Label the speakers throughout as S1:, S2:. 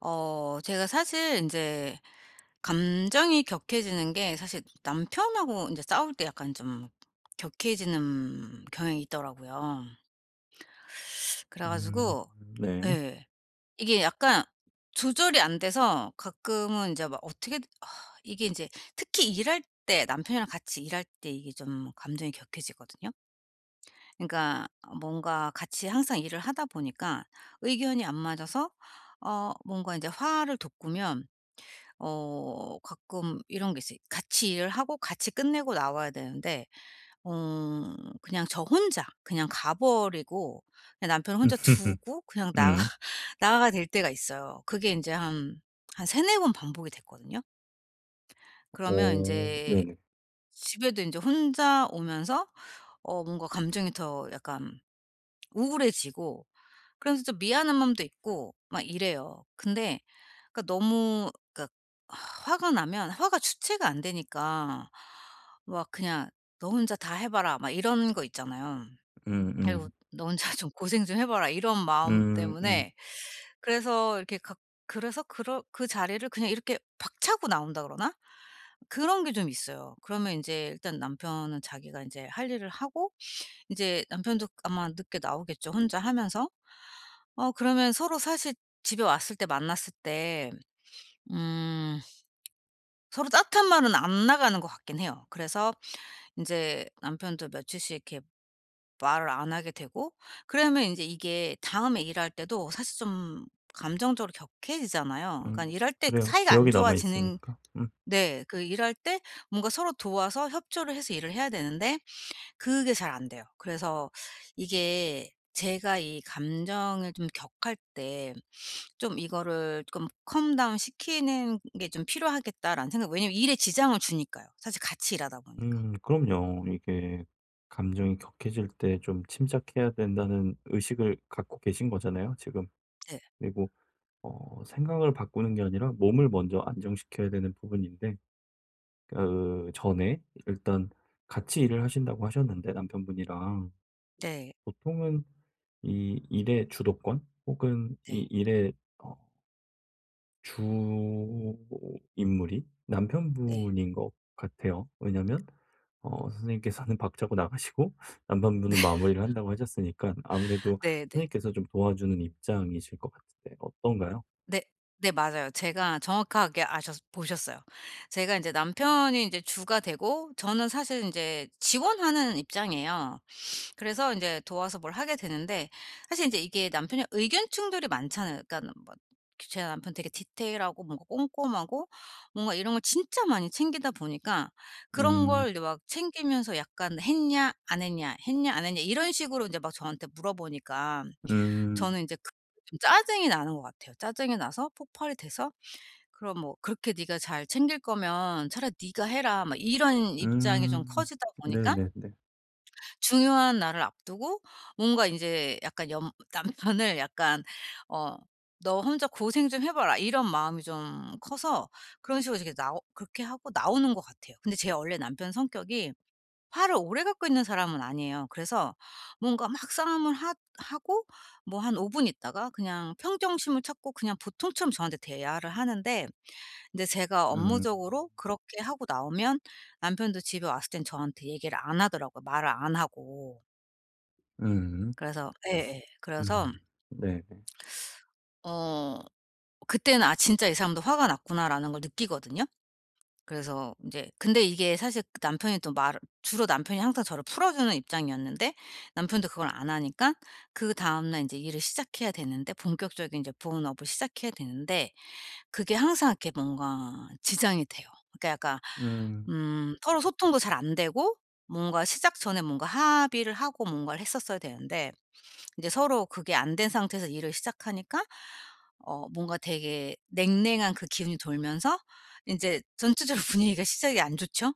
S1: 제가 사실 이제 감정이 격해지는 게 사실 남편하고 이제 싸울 때 약간 좀 격해지는 경향이 있더라고요. 그래
S2: 음
S1: 가지고
S2: 네.
S1: 예. 이게 약간 조절이 안 돼서 가끔은 이제 막 어떻게 아, 이게 이제 특히 일할 때 남편이랑 같이 일할 때 이게 좀 감정이 격해지거든요. 그러니까 뭔가 같이 항상 일을 하다 보니까 의견이 안 맞아서 뭔가 이제 화를 돋구면 가끔 이런 게 있어요. 같이 일을 하고 같이 끝내고 나와야 되는데 어 그냥 저 혼자 그냥 가 버리고 그냥 남편을 혼자 두고 그냥 나가
S2: 음.
S1: 나가 될 때가 있어요. 그게 이제 한 3-4번 반복이 됐거든요. 그러면 이
S2: 오
S1: 제
S2: 네네.
S1: 집에도 이제 혼자 오면서 뭔가 감정이 더 약간 우울해지고, 그래서 좀 미안한 마음도 있고 막 이래요. 근데 그러니까 너무 그러니까 화가 나면 화가 주체가 안 되니까 막 그냥 "너 혼자 다 해 봐라." 막 이런 거 있잖아요.
S2: 음음.
S1: 그리고 "너 혼자 좀 고생 좀 해 봐라." 이런 마음
S2: 음 음.
S1: 때문에 그래서 이렇게 각 그래서 그러 그 자리를 그냥 이렇게 박차고 나온다 그러나? 그런 게 좀 있어요. 그러면 이제 일단 남편은 자기가 이제 할 일을 하고, 이제 남편도 아마 늦게 나오겠죠, 혼자 하면서. 그러면 서로 사실 집에 왔을 때 만났을 때 음 서로 따뜻한 말은 안 나가는 것 같긴 해요. 그래서 이제 남편도 며칠씩 이렇게 말을 안 하게 되고, 그러면 이제 이게 다음에 일할 때도 사실 좀 감정적으로 격해지잖아요.
S2: 음.
S1: 그러니까 일할 때
S2: 그래요.
S1: 사이가 안
S2: 기억이 남아
S1: 좋아지는.
S2: 있으니까. 음.
S1: 네. 그 일할 때 뭔가 서로 도와서 협조를 해서 일을 해야 되는데 그게 잘 안 돼요. 그래서 이게 제가 이 감정을 좀 격할 때 좀 이거를 좀 '컴 다운 시키는 게 좀 필요하겠다.'라는 생각. 왜냐면 일에 지장을 주니까요. 사실 같이 일하다 보니까.
S2: 그럼요. 이게 감정이 격해질 때 좀 침착해야 된다는 의식을 갖고 계신 거잖아요, 지금.
S1: 네.
S2: 그리고 생각을 바꾸는 게 아니라 몸을 먼저 안정시켜야 되는 부분인데 그 전에 일단 같이 일을 하신다고 하셨는데 남편분이랑
S1: 네.
S2: 보통은 이 일의 주도권 혹은 이
S1: 네.
S2: 일의 어 주 인물이
S1: 네.
S2: 남편분인 것 같아요. 왜냐면 선생님께서는 박차고 나가시고
S1: 네.
S2: 남편분은 마무리를 한다고 하셨으니까 아무래도
S1: 네네.
S2: 선생님께서 좀 도와주는 입장이실 것 같은데 어떤가요?
S1: 네. 네, 맞아요. 제가 정확하게 아셨 보셨어요. 제가 이제 남편이 이제 주가 되고, 저는 사실 이제 지원하는 입장이에요. 그래서 이제 도와서 뭘 하게 되는데 사실 이제 이게 남편이 의견 충돌이 많잖아요. 그러니까 뭐 제 남편 되게 디테일하고 뭔가 꼼꼼하고 뭔가 이런 걸 진짜 많이 챙기다 보니까, 그런
S2: 음.
S1: 걸 이제 막 챙기면서 약간 "했냐? 안 했냐? 했냐? 안 했냐?" 이런 식으로 이제 막 저한테 물어보니까
S2: 음.
S1: 저는 이제 그 좀 짜증이 나는 것 같아요. 짜증이 나서 폭발이 돼서 "그럼 뭐 그렇게 네가 잘 챙길 거면 차라리 네가 해라." 막 이런 입장이
S2: 음.
S1: 좀 커지다 보니까
S2: 네네네.
S1: 중요한 날을 앞두고 뭔가 인제 약간 연 남편을 약간 어 "너 혼자 고생 좀 해 봐라." 이런 마음이 좀 커서 그런 식으로 이렇게 나오 그렇게 하고 나오는 것 같아요. 근데 제 원래 남편 성격이 화를 오래 갖고 있는 사람은 아니에요. 그래서 뭔가 막 싸움을 하 하고 뭐 한 5분 있다가 그냥 평정심을 찾고 그냥 보통처럼 저한테 대화를 하는데, 인제 제가
S2: 음.
S1: 업무적으로 그렇게 하고 나오면 남편도 집에 왔을 땐 저한테 얘기를 안 하더라고요, 말을 안 하고.
S2: 음.
S1: 그래서 예예. 그래서
S2: 음. 네네.
S1: 어 그때는 '아 진짜 이 사람도 화가 났구나.'라는 걸 느끼거든요. 그래서 인제 근데 이게 사실 그 남편이 또 말을 주로 남편이 항상 저를 풀어주는 입장이었는데 남편도 그걸 안 하니까 그다음 날 인제 일을 시작해야 되는데, 본격적인 인제 본업을 시작해야 되는데 그게 항상 이렇게 뭔가 지장이 돼요. 그러니까 약간
S2: 음.
S1: 서로 소통도 잘 안 되고 뭔가 시작 전에 뭔가 합의를 하고 뭔가를 했었어야 되는데 이제 서로 그게 안 된 상태에서 일을 시작하니까 뭔가 되게 냉랭한 그 기운이 돌면서 인제 전체적으로 분위기가 시작이 안 좋죠.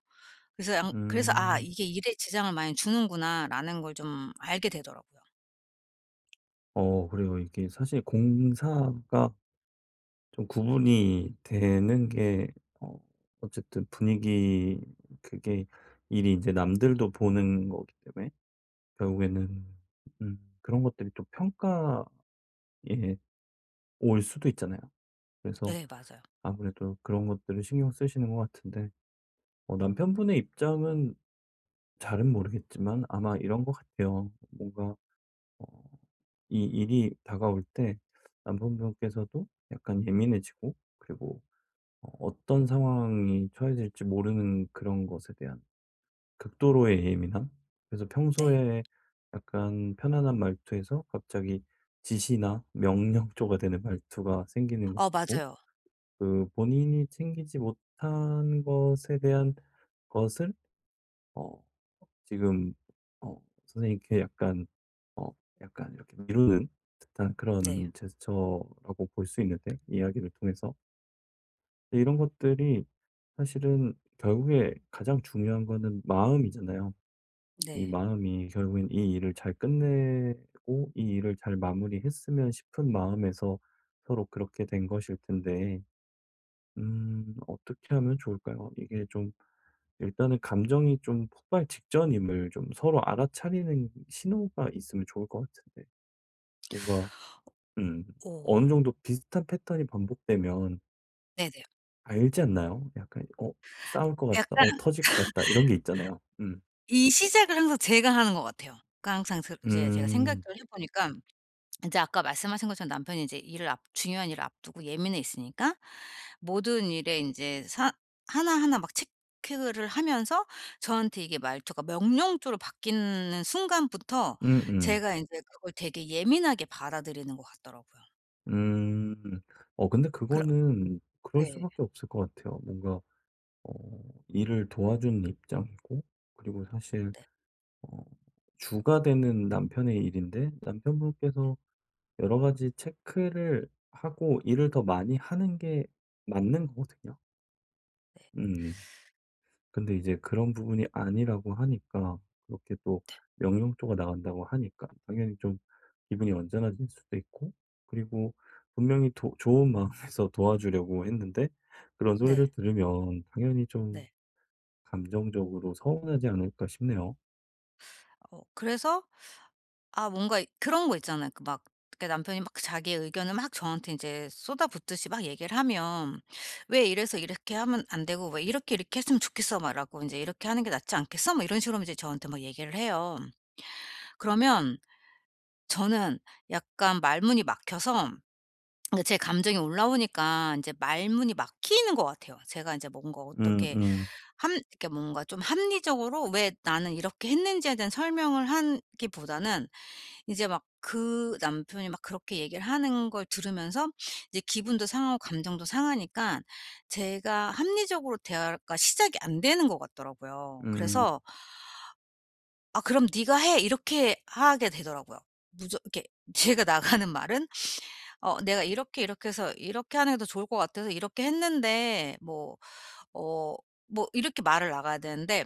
S1: 그래서 양 그래서 '아
S2: 음.
S1: 이게 일에 지장을 많이 주는구나.'라는 걸 좀 알게 되더라고요.
S2: 어 그래요. 이게 사실 공사가 좀 구분이 되는 게 어 어쨌든 분위기 그게 일이 이제 남들도 보는 거기 때문에 결국에는 그런 것들이 또 평가에 올 수도 있잖아요. 그래서
S1: 네, 맞아요.
S2: 아무래도 그런 것들을 신경 쓰시는 것 같은데 남편분의 입장은 잘은 모르겠지만 아마 이런 것 같아요. 뭔가 어 이 일이 다가올 때 남편분께서도 약간 예민해지고 그리고 어떤 상황이 처해질지 모르는 그런 것에 대한 극도로의 예민함? 그래서
S1: 네.
S2: 평소에 약간 편안한 말투에서 갑자기 지시나 명령조가 되는 말투가 생기는 것
S1: 어
S2: 같고,
S1: 맞아요.
S2: 그 본인이 챙기지 못한 것에 대한 것을 어 지금 선생님께 약간 어 약간 이렇게 미루는 듯한
S1: 네.
S2: 그런 제스처라고 볼 수 있는데 이야기를 통해서. 근데 이런 것들이 사실은 결국에 가장 중요한 거는 마음이잖아요. 이
S1: 네.
S2: 마음이 결국엔 이 일을 잘 끝내고 이 일을 잘 마무리했으면 싶은 마음에서 서로 그렇게 된 것일 텐데 어떻게 하면 좋을까요? 이게 좀 일단은 감정이 좀 폭발 직전임을 좀 서로 알아차리는 신호가 있으면 좋을 것 같은데. 뭔가 음 어느
S1: 오.
S2: 정도 비슷한 패턴이 반복되면
S1: 네네.
S2: 알지 않나요? 약간 '어 싸울 것 같다. 어
S1: 약간
S2: 터질 것 같다.' 이런 게 있잖아요. 음.
S1: 이 시작을 항상 제가 하는 것 같아요. 그러니까 항상 그 이제 제가 생각을
S2: 음.
S1: 해 보니까 이제 아까 말씀하신 것처럼 남편이 이제 일을 앞 중요한 일을 앞두고 예민해 있으니까 모든 일에 이제 사 하나하나 막 체크를 하면서 저한테 이게 말투가 명령조로 바뀌는 순간부터
S2: 음음.
S1: 제가 이제 그걸 되게 예민하게 받아들이는 것 같더라고요.
S2: 음. 음. 근데
S1: 그러
S2: 그거는 그럴
S1: 네,
S2: 수밖에 없을 것 같아요. 뭔가 어 일을 도와주는 입장이고 그리고 사실 어 주가 되는 남편의 일인데 남편분께서 여러 가지 체크를 하고 일을 더 많이 하는 게 맞는 거거든요. 음. 근데 이제 그런 부분이 아니라고 하니까 그렇게 또 명령조가 나간다고 하니까 당연히 좀 기분이 언짢아질 수도 있고 그리고 분명히 좋은 마음에서 도와주려고 했는데 그런 소리를
S1: 네.
S2: 들으면 당연히 좀
S1: 네.
S2: 감정적으로 서운하지 않을까 싶네요.
S1: 그래서 아, 뭔가 그런 거 있잖아요. 그 막 그 남편이 막 자기의 의견을 막 저한테 이제 쏟아붓듯이 막 얘기를 하면 "왜 이래서 이렇게 하면 안 되고 왜 이렇게, 이렇게 했으면 좋겠어." 막이고이제 이렇게 하는 게 낫지 않겠어?" 뭐 이런 식으로 이제 저한테 막 얘기를 해요. 그러면 저는 약간 말문이 막혀서, 그러니까 제 감정이 올라오니까 이제 말문이 막히는 것 같아요. 제가 이제 뭔가
S2: 음,
S1: 어떻게
S2: 음,
S1: 이렇게 뭔가 좀 합리적으로 왜 나는 이렇게 했는지에 대한 설명을 하기보다는 이제 막 그 남편이 막 그렇게 얘기를 하는 걸 들으면서 이제 기분도 상하고 감정도 상하니까 제가 합리적으로 대화가 시작이 안 되는 것 같더라고요.
S2: 음,
S1: 그래서 "아 그럼 네가 해." 이렇게 하게 되더라고요. 무조 이렇게 제가 나가는 말은 "어 내가 이렇게 이렇게 해서 이렇게 하는 게 더 좋을 것 같아서 이렇게 했는데." 뭐 어 뭐 이렇게 말을 나가야 되는데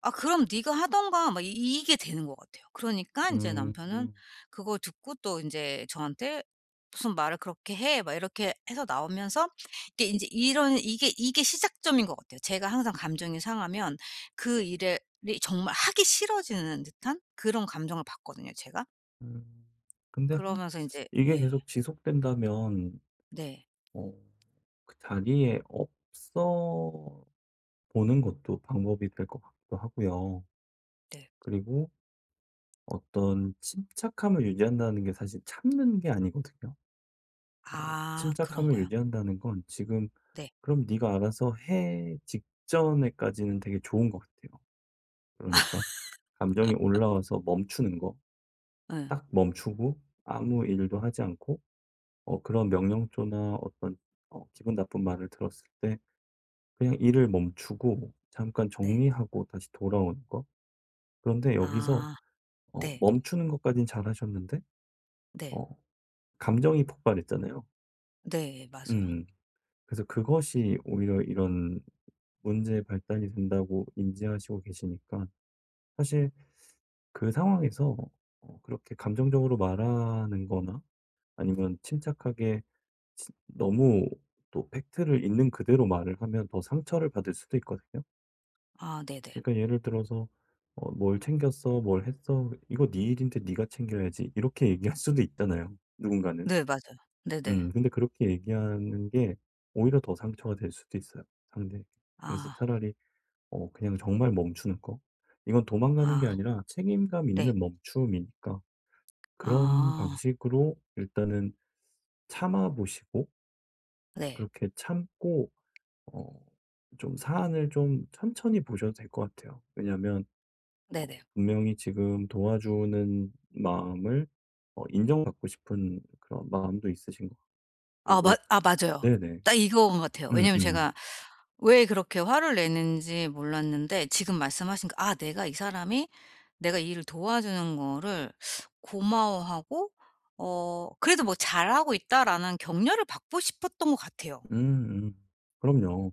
S1: "아 그럼 네가 하던가." 막 이 이게 되는 것 같아요. 그러니까 인제
S2: 음,
S1: 남편은
S2: 음.
S1: 그걸 듣고 또 인제 저한테 "무슨 말을 그렇게 해." 막 이렇게 해서 나오면서 이게 인제 이런 이게 시작점인 것 같아요. 제가 항상 감정이 상하면 그 일에 이 정말 하기 싫어지는 듯한 그런 감정을 받거든요, 제가.
S2: 음. 근데 한-
S1: 그러면서 인제
S2: 이게
S1: 예.
S2: 계속 지속된다면
S1: 네.
S2: 어 그 자리에 없어 보는 것도 방법이 될 것 같기도 하고요.
S1: 네.
S2: 그리고 어떤 침착함을 유지한다는 게 사실 참는 게 아니거든요.
S1: 아,
S2: 침착함을
S1: 그런가요?
S2: 유지한다는 건 지금
S1: 네.
S2: "그럼 네가 알아서 해." 직전에까지는 되게 좋은 것 같아요. 그러니까 감정이 올라와서 멈추는 거.
S1: 예.
S2: 딱 멈추고 아무 일도 하지 않고 그런 명령조나 어떤 기분 나쁜 말을 들었을 때 그냥 일을 멈추고 잠깐
S1: 네.
S2: 정리하고 다시 돌아오는 거. 그런데 여기서
S1: 아, 네.
S2: 멈추는 것까진 잘하셨는데
S1: 네.
S2: 어 감정이 폭발했잖아요.
S1: 네, 맞아요.
S2: 음. 그래서 그것이 오히려 이런 문제의 발단이 된다고 인지하시고 계시니까 사실 그 상황에서 그렇게 감정적으로 말하는 거나 아니면 침착하게 치 너무 또 팩트를 있는 그대로 말을 하면 더 상처를 받을 수도 있거든요.
S1: 아 네네.
S2: 그러니까 예를 들어서 "뭘 챙겼어? 뭘 했어? 이거 네 일인데 네가 챙겨야지." 이렇게 얘기할 수도 있잖아요, 누군가는.
S1: 네, 네, 맞아요. 네네.
S2: 근데 그렇게 얘기하는 게 오히려 더 상처가 될 수도 있어요, 상대에게. 그래서
S1: 아.
S2: 차라리 그냥 정말 멈추는 거. 이건 도망가는 게
S1: 아
S2: 아니라 책임감
S1: 네.
S2: 있는 멈춤이니까 그런
S1: 아
S2: 방식으로 일단은 참아 보시고
S1: 네.
S2: 그렇게 참고 어 좀 사안을 좀 천천히 보셔도 될 것 같아요. 왜냐면
S1: 네네.
S2: 분명히 지금 도와주는 마음을 인정받고 싶은 그런 마음도 있으신 것
S1: 아 맞
S2: 같고,
S1: 아 맞아요.
S2: 네네.
S1: 딱 이거인 것 같아요.
S2: 음,
S1: 왜냐면
S2: 음,
S1: 제가 왜 그렇게 화를 내는지 몰랐는데 지금 말씀하신 거 '아 내가 이 사람이 내가 이 일을 도와주는 거를 고마워하고 그래도 뭐 잘하고 있다.'라는 격려를 받고 싶었던 것 같아요.
S2: 음, 음. 그럼요.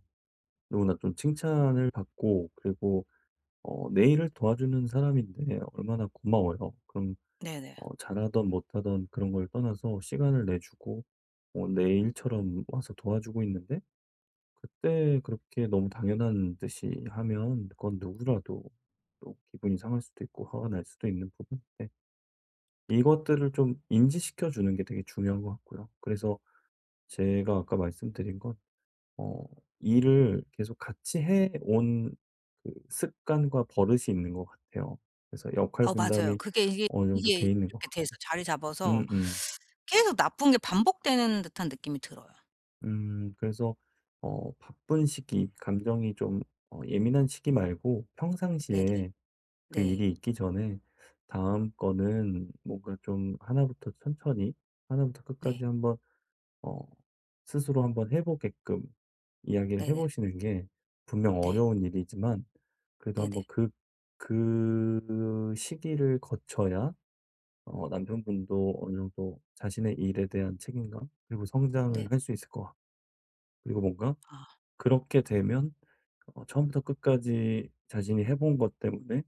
S2: 누구나 좀 칭찬을 받고, 그리고 내 일을 도와주는 사람인데 얼마나 고마워요. 그럼
S1: 네네.
S2: 잘하던 못하던 그런 걸 떠나서 시간을 내주고, 내 일처럼 와서 도와주고 있는데, 그때 그렇게 너무 당연한 듯이 하면 그건 누구라도 또 기분이 상할 수도 있고 화가 날 수도 있는 부분인데 이것들을 좀 인지시켜 주는 게 되게 중요한 것 같고요. 그래서 제가 아까 말씀드린 건 어, 일을 계속 같이 해온 그 습관과 버릇이 있는 것 같아요. 그래서 역할
S1: 어 맞아요.
S2: 분담이
S1: 그게 이게
S2: 어느 정도
S1: 이게
S2: 돼 있는 것
S1: 이렇게
S2: 같아요.
S1: 돼서 자리 잡아서
S2: 음, 음.
S1: 계속 나쁜 게 반복되는 듯한 느낌이 들어요.
S2: 그래서 바쁜 시기, 감정이 좀 예민한 시기 말고
S1: 네네.
S2: 평상시에 그
S1: 네.
S2: 일이 있기 전에 다음 거는 뭔가 좀 하나부터 천천히 하나부터
S1: 네.
S2: 끝까지 한번 어, 스스로 한번 해보게끔 이야기를
S1: 네네.
S2: 해보시는 게 분명
S1: 네.
S2: 어려운 일이지만 그래도
S1: 네네.
S2: 한번 그, 그 시기를 거쳐야 남편분도 어느 정도 자신의 일에 대한 책임감 그리고
S1: 네.
S2: 성장을 할 수 있을 것 같고 그리고 뭔가
S1: 아
S2: 그렇게 되면 처음부터 끝까지 자신이 해본 것 때문에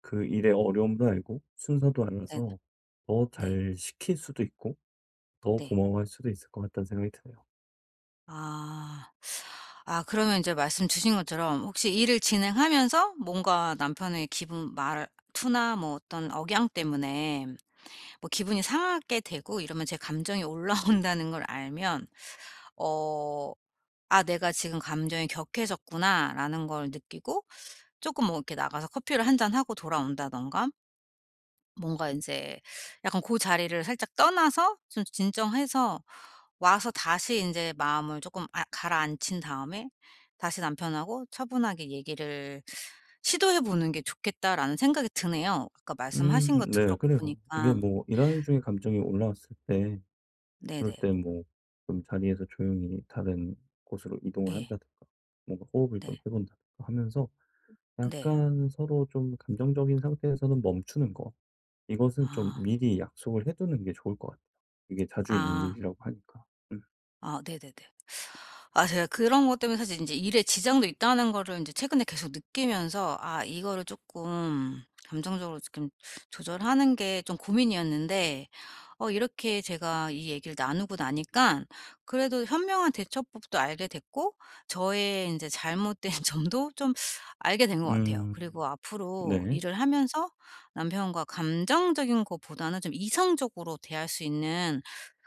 S2: 그 일의 어려움도 알고 순서도
S1: 네네.
S2: 알아서 더
S1: 네.
S2: 잘 시킬 수도 있고 더
S1: 네.
S2: 고마워할 수도 있을 것 같다는 생각이 드네요.
S1: 아. 아, 그러면 이제 말씀 주신 것처럼 혹시 일을 진행하면서 뭔가 남편의 기분 말투나 뭐 어떤 억양 때문에 뭐 기분이 상하게 되고 이러면 제 감정이 올라온다는 걸 알면 어 '아 내가 지금 감정이 격해졌구나.'라는 걸 느끼고 조금 뭐 이렇게 나가서 커피를 한 잔 하고 돌아온다든가, 뭔가 인제 약간 고 자리를 살짝 떠나서 좀 진정해서 와서 다시 인제 마음을 쪼끔 가라앉힌 다음에 다시 남편하고 차분하게 얘기를 시도해 보는 게 좋겠다라는 생각이 드네요. 아까 말씀하신 거 들어
S2: 네, 그래요. 이게
S1: 보니까.
S2: 뭐 일하는 중에 감정이 올라왔을 때 그럴
S1: 네네.
S2: 때 뭐 좀 자리에서 조용히 다른 곳으로 이동을
S1: 예.
S2: 한다든가 뭔가 호흡을
S1: 네.
S2: 좀 해본다든가 하면서
S1: 네.
S2: 약간 서로 좀 감정적인 상태에서는 멈추는 거 이것은 좀
S1: 아.
S2: 미리 약속을 해두는 게 좋을 것 같아요. 이게 자주 있는
S1: 아.
S2: 일이라고 하니까. 음,
S1: 아 네네네. 아 제가 그런 것 때문에 사실 인제 일에 지장도 있다는 거를 인제 최근에 계속 느끼면서 '아 이거를 쪼끔 감정적으로 지금 조절하는 게 좀 고민이었는데.' 이렇게 제가 이 얘기를 나누고 나니깐 그래도 현명한 대처법도 알게 됐고, 저의 인제 잘못된 점도 좀 알게 된 것 같아요.
S2: 음,
S1: 그리고 앞으로
S2: 네.
S1: 일을 하면서 남편과 감정적인 것보다는 좀 이성적으로 대할 수 있는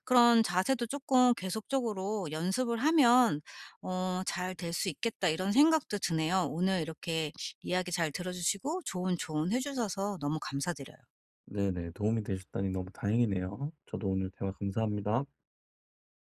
S1: 그런 자세도 조금 계속적으로 연습을 하면 '잘 될 수 있겠다.' 이런 생각도 드네요. 오늘 이렇게 이야기 잘 들어 주시고 좋은 조언 해 주셔서 너무 감사드려요.
S2: 네네. 도움이 되셨다니 너무 다행이네요. 저도 오늘 대화 감사합니다.